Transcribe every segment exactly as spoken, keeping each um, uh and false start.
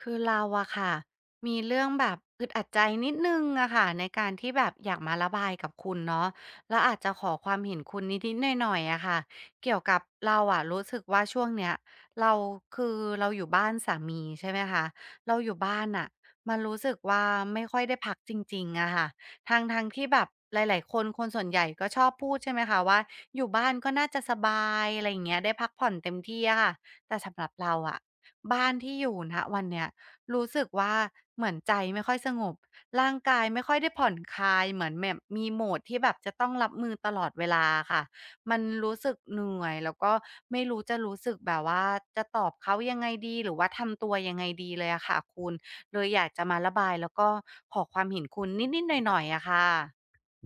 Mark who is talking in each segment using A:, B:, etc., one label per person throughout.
A: คือเราอะค่ะมีเรื่องแบบอึดอัดใจนิดหนึ่งอะค่ะในการที่แบบอยากมาระบายกับคุณเนาะแล้วอาจจะขอความเห็นคุณนิดๆหน่อยๆอะค่ะเกี่ยวกับเราอะรู้สึกว่าช่วงเนี้ยเราคือเราอยู่บ้านสามีใช่ไหมคะเราอยู่บ้านอะมันรู้สึกว่าไม่ค่อยได้พักจริงๆอะค่ะทางทางที่แบบหลายๆคนคนส่วนใหญ่ก็ชอบพูดใช่ไหมคะว่าอยู่บ้านก็น่าจะสบายอะไรอย่างเงี้ยได้พักผ่อนเต็มที่อะค่ะแต่สำหรับเราอะ บ้านที่อยู่ณวันเนี้ยรู้สึกว่าเหมือนใจไม่ค่อยสงบร่างกายไม่ค่อยได้ผ่อนคลายเหมือนแบบมี mode ที่แบบจะต้องรับมือตลอดเวลาอะค่ะมันรู้สึกเหนื่อยแล้วก็ไม่รู้จะรู้สึกแบบว่าจะตอบเขายังไงดีหรือว่าทำตัวยังไงดีเลยอะค่ะคุณเลยอยากจะมาระบายแล้วก็ขอความเห็นคุณนิดๆหน่อยๆอะค่ะ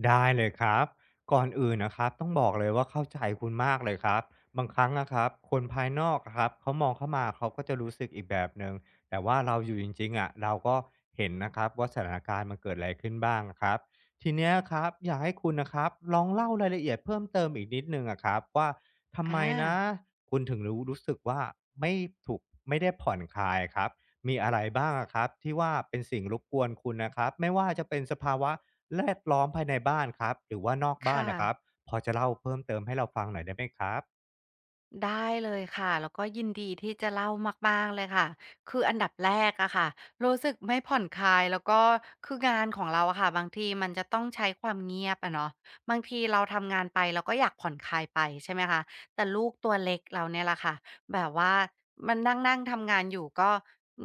B: ได้เลยครับก่อนอื่นนะครับต้องบอกเลยว่าเข้าใจคุณมากเลยครับบางครั้งนะครับคนภายนอกอะครับเขามองเข้ามาเขาก็จะรู้สึกอีกแบบหนึ่งแต่ว่าเราอยู่จริงๆอะเราก็เห็นนะครับว่าสถานการณ์มันเกิดอะไรขึ้นบ้างครับทีเนี้ยครับอยากให้คุณนะครับลองเล่ารายละเอียดเพิ่มเติมอีกนิดนึงอะครับว่า
A: อ
B: ทำไมนะ
A: า
B: คุณถึงรู้รู้สึกว่าไม่ถูกไม่ได้ผ่อนคลายครับมีอะไรบ้างอะครับที่ว่าเป็นสิ่งรบกวนคุณนะครับไม่ว่าจะเป็นสภาวะ แวดล้อมภายในบ้านครับหรือว่านอกบ้าน
A: ค่ะ
B: นะครับพอจะเล่าเพิ่มเติมให้เราฟังหน่อยได้ไหมครับ
A: ได้เลยค่ะ แล้วก็ยินดีที่จะเล่ามากๆเลยค่ะคืออันดับแรกอะค่ะรู้สึกไม่ผ่อนคลาย แล้วก็คืองานของเราอะค่ะ บางทีมันจะต้องใช้ความเงียบอะเนาะบางทีเราทำงานไปเราก็อยากผ่อนคลายไปใช่ไหมคะแต่ลูกตัวเล็กเราเนี่ยแหละค่ะแบบว่ามันนั่งๆทำงานอยู่ก็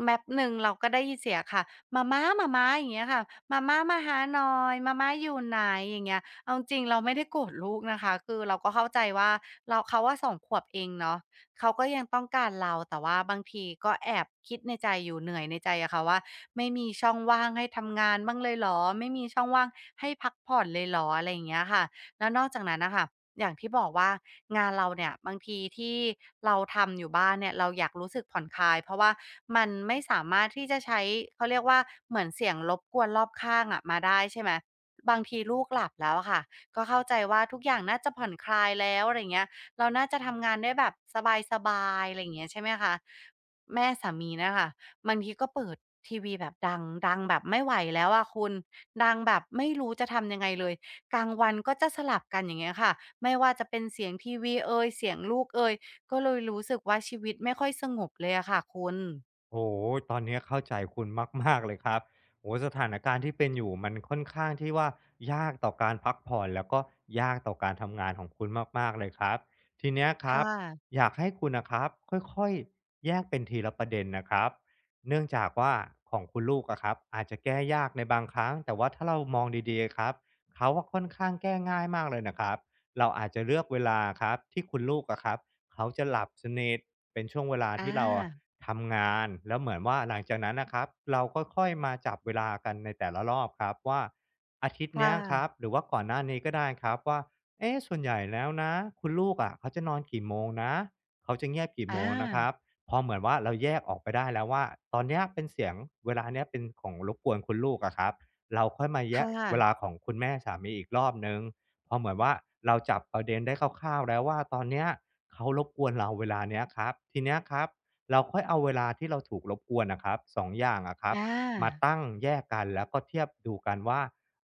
A: แม็ป๊บหนึ่งเราก็ได้ยินเสียงค่ะหม่าม้าหม่าม้าอย่างเงี้ยค่ะหม่าม้ามาหาหน่อยหม่าม้าอยู่ไหนอย่างเงี้ย เอาจริงเราไม่ได้โกรธลูกนะคะคือเราก็เข้าใจว่าเราเขาว่าสองขวบเองเนาะเขาก็ยังต้องการเราแต่ว่าบางทีก็แอบคิดในใจอยู่เหนื่อยในใจอะค่ะว่าไม่มีช่องว่างให้ทำงานบ้างเลยเหรอไม่มีช่องว่างให้พักผ่อนเลยเหรออะไรอย่างเงี้ยค่ะ แล้วนอกจากนั้นนะคะอย่างที่บอกว่างานเราเนี่ยบางทีที่เราทำอยู่บ้านเนี่ยเราอยากรู้สึกผ่อนคลายเพราะว่ามันไม่สามารถที่จะใช้เขาเรียกว่าเหมือนเสียงรบกวนรอบข้างอะมาได้ใช่ไหมบางทีลูกหลับแล้วอะค่ะก็เข้าใจว่าทุกอย่างน่าจะผ่อนคลายแล้วอะไราเงี้ยเราน่าจะทำงานได้แบบสบายๆอะไรอย่างเงี้ยใช่ไหมคะแม่สามีนะคะบางทีก็เปิดทีวีแบบดังดังแบบไม่ไหวแล้วอะคุณดังแบบไม่รู้จะทำยังไงเลย กลางวันก็จะสลับกันอย่างเงี้ยค่ะไม่ว่าจะเป็นเสียงทีวีเอยเสียงลูกเอยก็เลยรู้สึกว่าชีวิตไม่ค่อยสงบเลยอะค่ะคุณ
B: โอ้โหตอนนี้เข้าใจคุณมากๆเลยครับโอ้โหสถานการณ์ที่เป็นอยู่มันค่อนข้างที่ว่ายากต่อการพักผ่อนแล้วก็ยากต่อการทำงานของคุณมากๆเลยครับทีเนี้ยครั
A: ค่ะ
B: บอยากให้คุณนะครับค่อยๆแยกเป็นทีละประเด็นนะครับเนื่องจากว่าของคุณลูกอะครับอาจจะแก้ยากในบางครั้งแต่ว่าถ้าเรามองดีๆครับเขาอะค่อนข้างแก้ง่ายมากเลยนะครับเราอาจจะเลือกเวลาครับที่คุณลูกอะครับ เขาจะหลับสนิทเป็นช่วงเวลา
A: อ
B: ที่เราอะ
A: า
B: ทำงานแล้วเหมือนว่าหลังจากนั้นนะครับเราก็ค่อยมาจับเวลากันในแต่ละรอบครับว่าอาทิตย์
A: ค่ะ
B: เนี้ยครับหรือว่าก่อนหน้านี้ก็ได้ครับว่าเอ๊ะส่วนใหญ่แล้วนะคุณลูกอะเขาจะนอนกี่โมงนะเขาจะเงียบกี่โม
A: อา
B: งนะครับพอเหมือนว่าเราแยกออกไปได้แล้วว่าตอนเนี้ยเป็นเสียงเวลาเนี้ยเป็นของรบกวนคุณลูกอะครับเราค่อยมาแย
A: ค่
B: ก
A: ะ
B: เวลาของคุณแม่สามีอีกรอบนึงพอเหมือนว่าเราจับประเด็นได้คร่าวๆแล้วว่าตอนเนี้ย เขารบกวนเราเวลาเนี้ยครับทีเนี้ยครับเราค่อยเอาเวลาที่เราถูกรบกวนนะครับสององอย่างอะครับ
A: อา
B: มาตั้งแยกกันแล้วก็เทียบดูกันว่า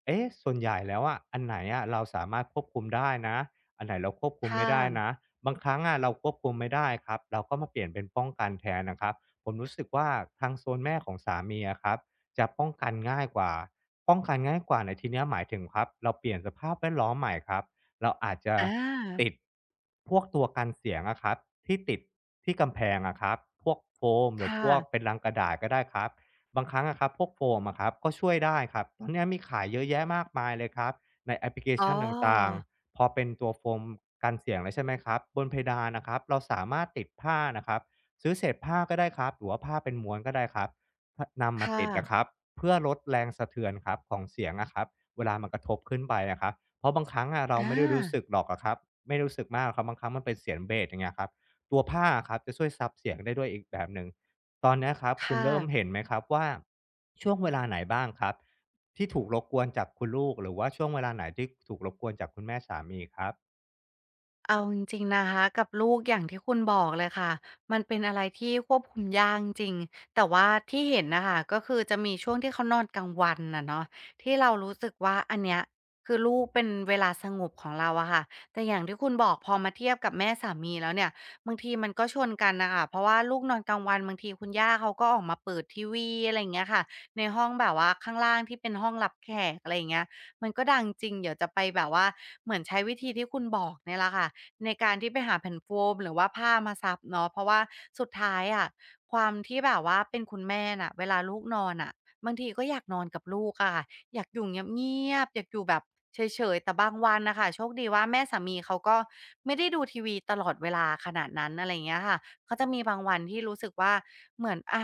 B: เอ๊ะส่วนใหญ่แล้วอะอันไหนอะเราสามารถควบคุมได้นะอันไหนเราควบคุมไม่
A: ค่ะ
B: ได้นะบางครั้งอะเราควบคุมไม่ได้ครับเราก็มาเปลี่ยนเป็นป้องกันแทนนะครับผมรู้สึกว่าทางโซนแม่ของสามีอะครับจะป้องกันง่ายกว่าป้องกันง่ายกว่าในที่เนี้ยหมายถึงครับเราเปลี่ยนสภาพแวดล้อมใหม่ครับ เราอาจจะ
A: อ
B: ติ
A: า
B: ดพวกตัวกันเสียงอะครับที่ติดที่กำแพงอะครับพวกโฟมหรือ
A: ค่ะ
B: พวกเป็นลังกระดาษก็ได้ครับบางครั้งอะครับพวกโฟมอะครับก็ช่วยได้ครับตอนเนี้ยมีขายเยอะแยะมากมายเลยครับในแอปพลิเค
A: อ๋อ
B: ชันต่างๆพอเป็นตัวโฟมกันเสียงแล้วใช่ไหมครับบนเพดานน่ะครับเราสามารถติดผ้านะครับซื้อเศษผ้าก็ได้ครับหรือว่าผ้าเป็นม้วนก็ได้ครับถ้านำมา
A: ค่ะ
B: ติดอะครับเพื่อลดแรงสะเทือนครับของเสียงอะครับเวลามันกระทบขึ้นไปอะครับ เพราะบางครั้งอะ
A: อ
B: เราไม่ได้รู้
A: า
B: สึกหรอกอะครับไม่รู้สึกมากหรอกครับบางครั้งมันเป็นเสียงเบสอย่างเงี้ยครับตัวผ้าอะครับจะช่วยซับเสียงได้ด้วยอีกแบบหนึ่งตอนเนี้ยครับคุณ
A: ค่ะ
B: เริ่มเห็นไหมครับว่าช่วงเวลาไหนบ้างครับที่ถูกรบกวนจากคุณลูกหรือว่าช่วงเวลาไหนที่ถูกรบกวนจากคุณแม่สามีครับ
A: เอาจริงๆนะคะกับลูกอย่างที่คุณบอกเลยค่ะมันเป็นอะไรที่ควบคุมยากจริงแต่ว่าที่เห็นนะคะก็คือจะมีช่วงที่เขานอนกลางวันน่ะเนาะที่เรารู้สึกว่าอันเนี้ยคือลูกเป็นเวลาสงบของเราอะค่ะแต่อย่างที่คุณบอกพอมาเทียบกับแม่สามีแล้วเนี่ยบางทีมันก็ชนกันนะคะเพราะว่าลูกนอนกลางวันบางทีคุณย่าเขาก็ออกมาเปิดทีวีอะไรอย่างเงี้ยค่ะในห้องแบบว่าข้างล่างที่เป็นห้องรับแขกอะไรอย่างเงี้ยมันก็ดังจริงเดี๋ยวจะไปแบบว่าเหมือนใช้วิธีที่คุณบอกเนี่ยละค่ะ ในการที่ไปหาแผ่นโฟมหรือว่าผ้ามาซับเนาะเพราะว่าสุดท้ายอะความที่แบบว่าเป็นคุณแม่น่ะเวลาลูกนอนน่ะบางทีก็อยากนอนกับลูกอะค่ะอยากอยู่เงียบๆอยากอยู่แบบเฉยๆแต่บางวันน่ะค่ะโชคดีว่าแม่สามีเขาก็ไม่ได้ดูทีวีตลอดเวลาขนาดนั้นอะไรอย่างเงี้ยค่ะเขาจะมีบางวันที่รู้สึกว่าเหมือนอะ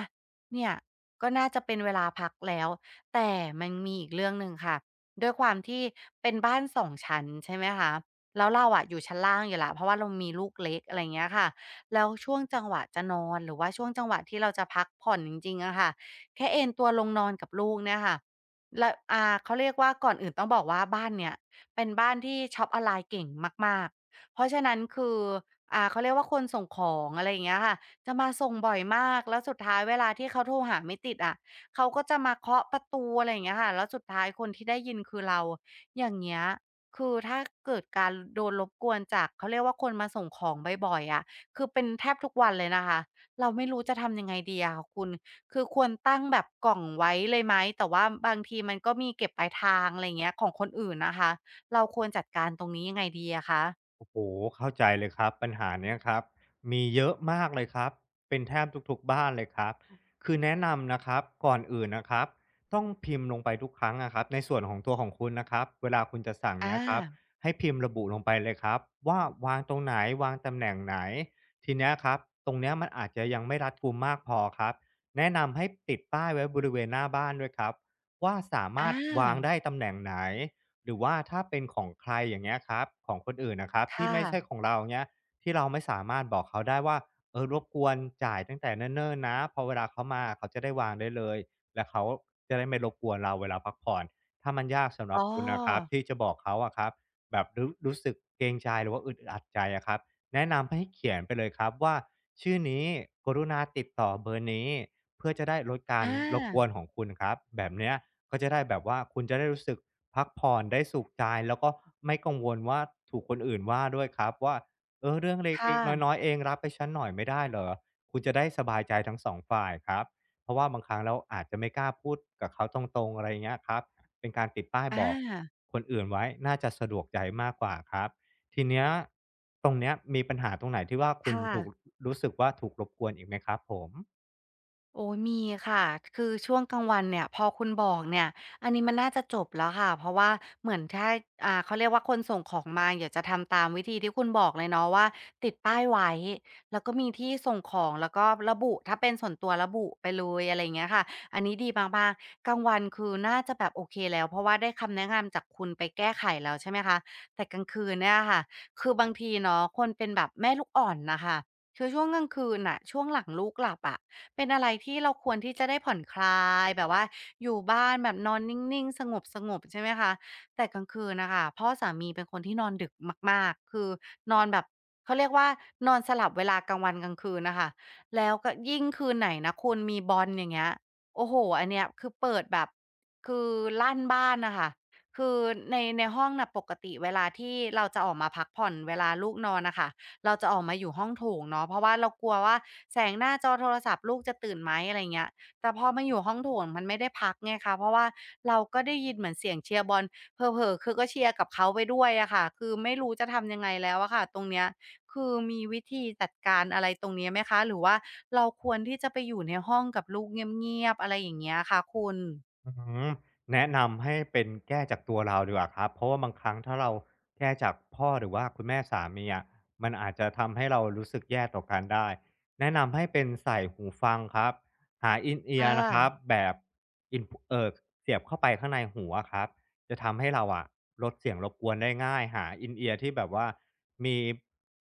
A: เนี่ยก็น่าจะเป็นเวลาพักแล้วแต่มันมีอีกเรื่องหนึ่งค่ะด้วยความที่เป็นบ้านสองชั้นใช่ไหมคะ แล้วเราอะอยู่ชั้นล่างอยู่แล้วเพราะว่าเรามีลูกเล็กอะไรเงี้ยค่ะแล้วช่วงจังหวะจะนอนหรือว่าช่วงจังหวะที่เราจะพักผ่อนจริงๆอะค่ะแค่เอนตัวลงนอนกับลูกเนี่ยค่ะแล้วอ่าเขาเรียกว่าก่อนอื่นต้องบอกว่าบ้านเนี้ยเป็นบ้านที่ช็อปออนไลน์เก่งมากๆเพราะฉะนั้นคืออ่าเขาเรียกว่าคนส่งของอะไรอย่างเงี้ยค่ะจะมาส่งบ่อยมากแล้วสุดท้ายเวลาที่เขาโทรหาไม่ติดอะเขาก็จะมาเคาะประตูอะไรอย่างเงี้ยค่ะแล้วสุดท้ายคนที่ได้ยินคือเราอย่างเงี้ย คือถ้าเกิดการโดนรบกวนจากเขาเรียกว่าคนมาส่งของบ่อยๆอะคือเป็นแทบทุกวันเลยนะคะเราไม่รู้จะทำยังไงดีอะค่ะคุณคือควรตั้งแบบกล่องไว้เลยไหมแต่ว่าบางทีมันก็มีเก็บปลายทางอะไรอย่างเงี้ยของคนอื่นนะคะเราควรจัดการตรงนี้ยังไงดีอะคะ
B: โอ้โหเข้าใจเลยครับปัญหาเนี้ยครับมีเยอะมากเลยครับเป็นแทบทุกๆบ้านเลยครับคือแนะนำนะครับก่อนอื่นนะครับต้องพิมพ์ลงไปทุกครั้งอะครับในส่วนของตัวของคุณนะครับเวลาคุณจะสั่งเนี้
A: อา
B: ยครับให้พิมพ์ระบุลงไปเลยครับว่าวางตรงไหนวางตำแหน่งไหนทีเนี้ยครับตรงเนี้ยมันอาจจะยังไม่รัดกุมมากพอครับแนะนำให้ติดป้ายไว้บริเวณหน้าบ้านด้วยครับว่าสามาร
A: อา
B: ถวางได้ตำแหน่งไหน หรือว่าถ้าเป็นของใครอย่างเงี้ยครับของคนอื่นนะครับที่
A: ค่ะ
B: ไม่ใช่ของเราเงี้ยที่เราไม่สามารถบอกเขาได้ว่าเออรบกวนจ่ายตั้งแต่เนิ่นๆนะพอเวลาเขามาเขาจะได้วางได้เลยและเขาจะได้ไม่รบกวนเราเวลาพักผ่อนถ้ามันยากสำห
A: อ๋
B: รับคุณนะครับ
A: อ
B: ที่จะบอกเขาอะครับแบบรู้รู้สึกเกรงใจหรือว่าอึดอัดใจอะครับแนะนำให้เขียนไปเลยครับว่าชื่อนี้กรุณาติดต่อเบอร์นี้เพื่อจะได้ลดการ
A: อา
B: รบกวนของคุณครับแบบเนี้ยก็จะได้แบบว่าคุณจะได้รู้สึก พักผ่อนได้สุขใจแล้วก็ไม่กังวลว่าถูกคนอื่นว่าด้วยครับว่าเออเรื่องเล็
A: ค่ะ
B: กๆน้อยๆเองรับให้ฉันหน่อยไม่ได้เหรอคุณจะได้สบายใจทั้งสองฝ่ายครับเพราะว่าบางครั้งเราอาจจะไม่กล้าพูดกับเขาตรงๆอะไรอย่างเงี้ยครับเป็นการติดป้าย
A: อ
B: บอก
A: า
B: คนอื่นไว้น่าจะสะดวกใจมากกว่าครับทีเนี้ยตรงเนี้ยมีปัญหาตรงไหนที่ว่าคุณ
A: ค่ะ
B: ถูกรู้สึกว่าถูกรบกวนอีกไหมครับผม
A: โอ้ยมีค่ะคือช่วงกลางวันเนี่ยพอคุณบอกเนี่ยอันนี้มันน่าจะจบแล้วค่ะเพราะว่าเหมือนถ้าอ่าเขาเรียกว่าคนส่งของมาอยี๋จะทำตามวิธีที่คุณบอกเลยเนาะว่าติดป้ายไว้แล้วก็มีที่ส่งของแล้วก็ระบุถ้าเป็นส่วนตัวระบุไปเลยอะไรอย่างเงี้ยค่ะอันนี้ดีมากๆกลางวันคือน่าจะแบบโอเคแล้วเพราะว่าได้คำแนะนำจากคุณไปแก้ไขแล้วใช่ไหมคะแต่กลางคืนเนี่ยค่ะคือบางทีเนาะคนเป็นแบบแม่ลูกอ่อนนะคะคือช่วงกลางคืนน่ะช่วงหลังลูกหลับอะ เป็นอะไรที่เราควรที่จะได้ผ่อนคลายแบบว่าอยู่บ้านแบบนอนนิ่งๆสงบๆใช่ไหมคะแต่กลางคืนน่ะค่ะพ่อสามีเป็นคนที่นอนดึกมากๆคือนอนแบบเขาเรียกว่านอนสลับเวลากลางวันกลางคืนน่ะค่ะแล้วก็ยิ่งคืนไหนนะคุณมีบอลอย่างเงี้ยโอ้โฮอันเนี้ยคือเปิดแบบคือลั่นบ้านน่ะค่ะคือในในห้องน่ะปกติเวลาที่เราจะออกมาพักผ่อนเวลาลูกนอนน่ะค่ะ เราจะออกมาอยู่ห้องโถงเนาะเพราะว่าเรากลัวว่าแสงหน้าจอโทรศัพท์ลูกจะตื่นไหมอะไรเงี้ยแต่พอมาอยู่ห้องโถงมันไม่ได้พักไงคะเพราะว่าเราก็ได้ยินเหมือนเสียงเชียร์บอลเผลอๆคือก็เชียร์กับเขาไปด้วยอะค่ะคือไม่รู้จะทำยังไงแล้วอะค่ะตรงเนี้ยคือมีวิธีจัดการอะไรตรงนี้ไหมคะหรือว่าเราควรที่จะไปอยู่ในห้องกับลูกเงียบๆอะไรอย่างเงี้ยค่ะคุณ
B: อืมแนะนำให้เป็นแก้จากตัวเราดีกว่าครับเพราะว่าบางครั้งถ้าเราแก้จากพ่อหรือว่าคุณแม่สามีอะมันอาจจะทำให้เรารู้สึกแย่ต่อกันได้แนะนำให้เป็นใส่หูฟังครับหา In-ear นเอีย
A: ค่ะ
B: ร์นะครับแบบอินเออเสียบเข้าไปข้างในหูอะครับจะทำให้เราอะลดเสียงรบกวนได้ง่ายหาอนเอีย a ์ที่แบบว่ามี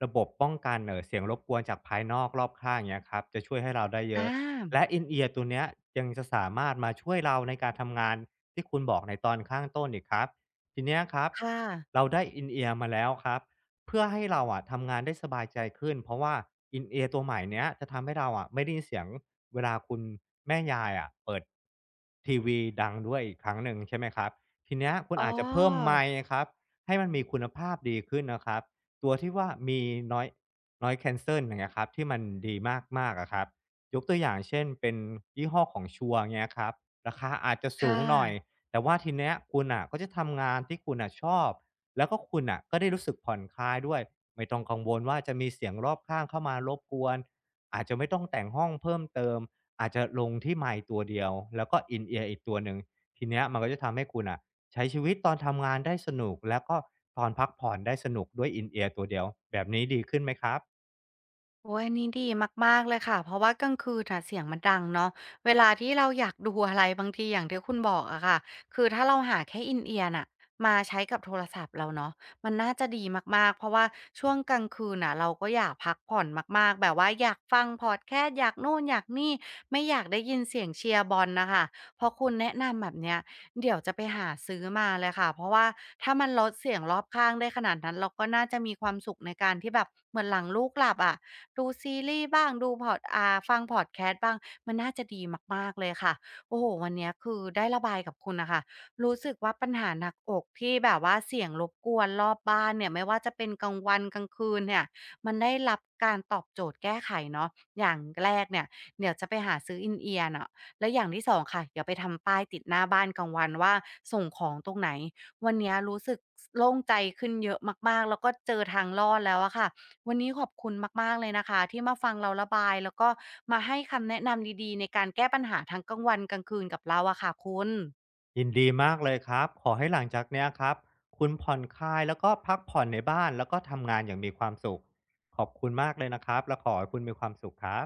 B: ระบบป้องกันเออเสียงรบกวนจากภายนอกรอบข้างอย่างเงี้ยครับจะช่วยให้เราได้
A: อ
B: เยอะ และ
A: า
B: อิน เอียร์ ตัวเนี้ยยังจะสามารถมาช่วยเราในการทำงานที่คุณบอกในตอนข้างต้นอีกครับทีเนี้ยครับ
A: ค่ะ
B: เราได้ In-ear มาแล้วครับเพื่อให้เราอะทำงานได้สบายใจขึ้นเพราะว่า In-ear ตัวใหม่เนี้ยจะทำให้เราอะไม่ได้ยินเสียงเวลาคุณแม่ยายอะเปิดทีวีดังด้วยอีกครั้งหนึ่งใช่ไหมครับทีเนี้ยคุณ
A: อ๋อ
B: อาจจะเพิ่มไมค์ครับให้มันมีคุณภาพดีขึ้นนะครับตัวที่ว่ามี Noise Noise Cancel อย่างเงี้ยครับที่มันดีมากๆอะครับ ยกตัวอย่างเช่นเป็นยี่ห้อของชัวร์เงี้ยครับราคาอาจจะ
A: ค่
B: สูงหน่อย
A: ะ
B: แต่ว่าทีเนี้ยคุณน่ะก็จะทำงานที่คุณน่ะชอบแล้วก็คุณน่ะก็ได้รู้สึกผ่อนคลายด้วยไม่ต้องกังวลว่าจะมีเสียงรอบข้างเข้ามารบกวนอาจจะไม่ต้องแต่งห้องเพิ่มเติมอาจจะลงที่ไมค์ตัวเดียวแล้วก็อนเอี e ร r อีกตัวหนึ่งทีเนี้ยมันก็จะทำให้คุณน่ะใช้ชีวิตตอนทำงานได้สนุกแล้วก็ตอนพักผ่อนได้สนุกด้วย i ียร์ตัวเดียวแบบนี้ดีขึ้นไหมครับ
A: โอ้ยอันนี้ดีมากๆเลยค่ะเพราะว่ากลางคืนน่ะเสียงมันดังเนาะเวลาที่เราอยากดูอะไรบางทีอย่างที่คุณบอกอะค่ะคือถ้าเราหาแค่อนเอียร์น่ะมาใช้กับโทรศัพท์เราเนาะมันน่าจะดีมากๆเพราะว่าช่วงกลางคืนน่ะเราก็อยากพักผ่อนมากๆแบบว่าอยากฟังพอดแคสต์อยากนู่นอยากนี่ไม่อยากได้ยินเสียงเชียร์บอลน่ะค่ะพอคุณแนะนำแบบเนี้ย เดี๋ยวจะไปหาซื้อมาเลยค่ะเพราะว่าถ้ามันลดเสียงรอบข้างได้ขนาดนั้นเราก็น่าจะมีความสุขในการที่แบบเหมือนหลังลูกหลับอะดูซีรีส์บ้างดูพอดอ่าฟังพอดแคสต์บ้างมันน่าจะดีมากๆเลยค่ะโอ้โฮวันเนี้ยคือได้ระบายกับคุณน่ะค่ะรู้สึกว่าปัญหาหนักอกที่แบบว่าเสียงรบกวนรอบบ้านเนี่ยไม่ว่าจะเป็นกลางวันกลางคืนเนี่ยมันได้รับการตอบโจทย์แก้ไขเนาะอย่างแรกเนี่ยเดี๋ยวจะไปหาซื้อ อิน เอียร์ น่ะ และอย่างที่สองค่ะอย่าไปทำป้ายติดหน้าบ้านกลางวันว่าส่งของตรงไหนวันนี้รู้สึกโล่งใจขึ้นเยอะมากๆแล้วก็เจอทางรอดแล้วอะค่ะวันนี้ขอบคุณมากๆเลยนะคะที่มาฟังเราระบายแล้วก็มาให้คำแนะนำดีๆในการแก้ปัญหาทั้งกลางวันกลางคืนกับเราอะค่ะคุณ
B: ยินดีมากเลยครับ ขอให้หลังจากเนี้ยครับคุณผ่อนคลายแล้วก็พักผ่อนในบ้านแล้วก็ทำงานอย่างมีความสุขขอบคุณมากเลยนะครับและขอให้คุณมีความสุขครับ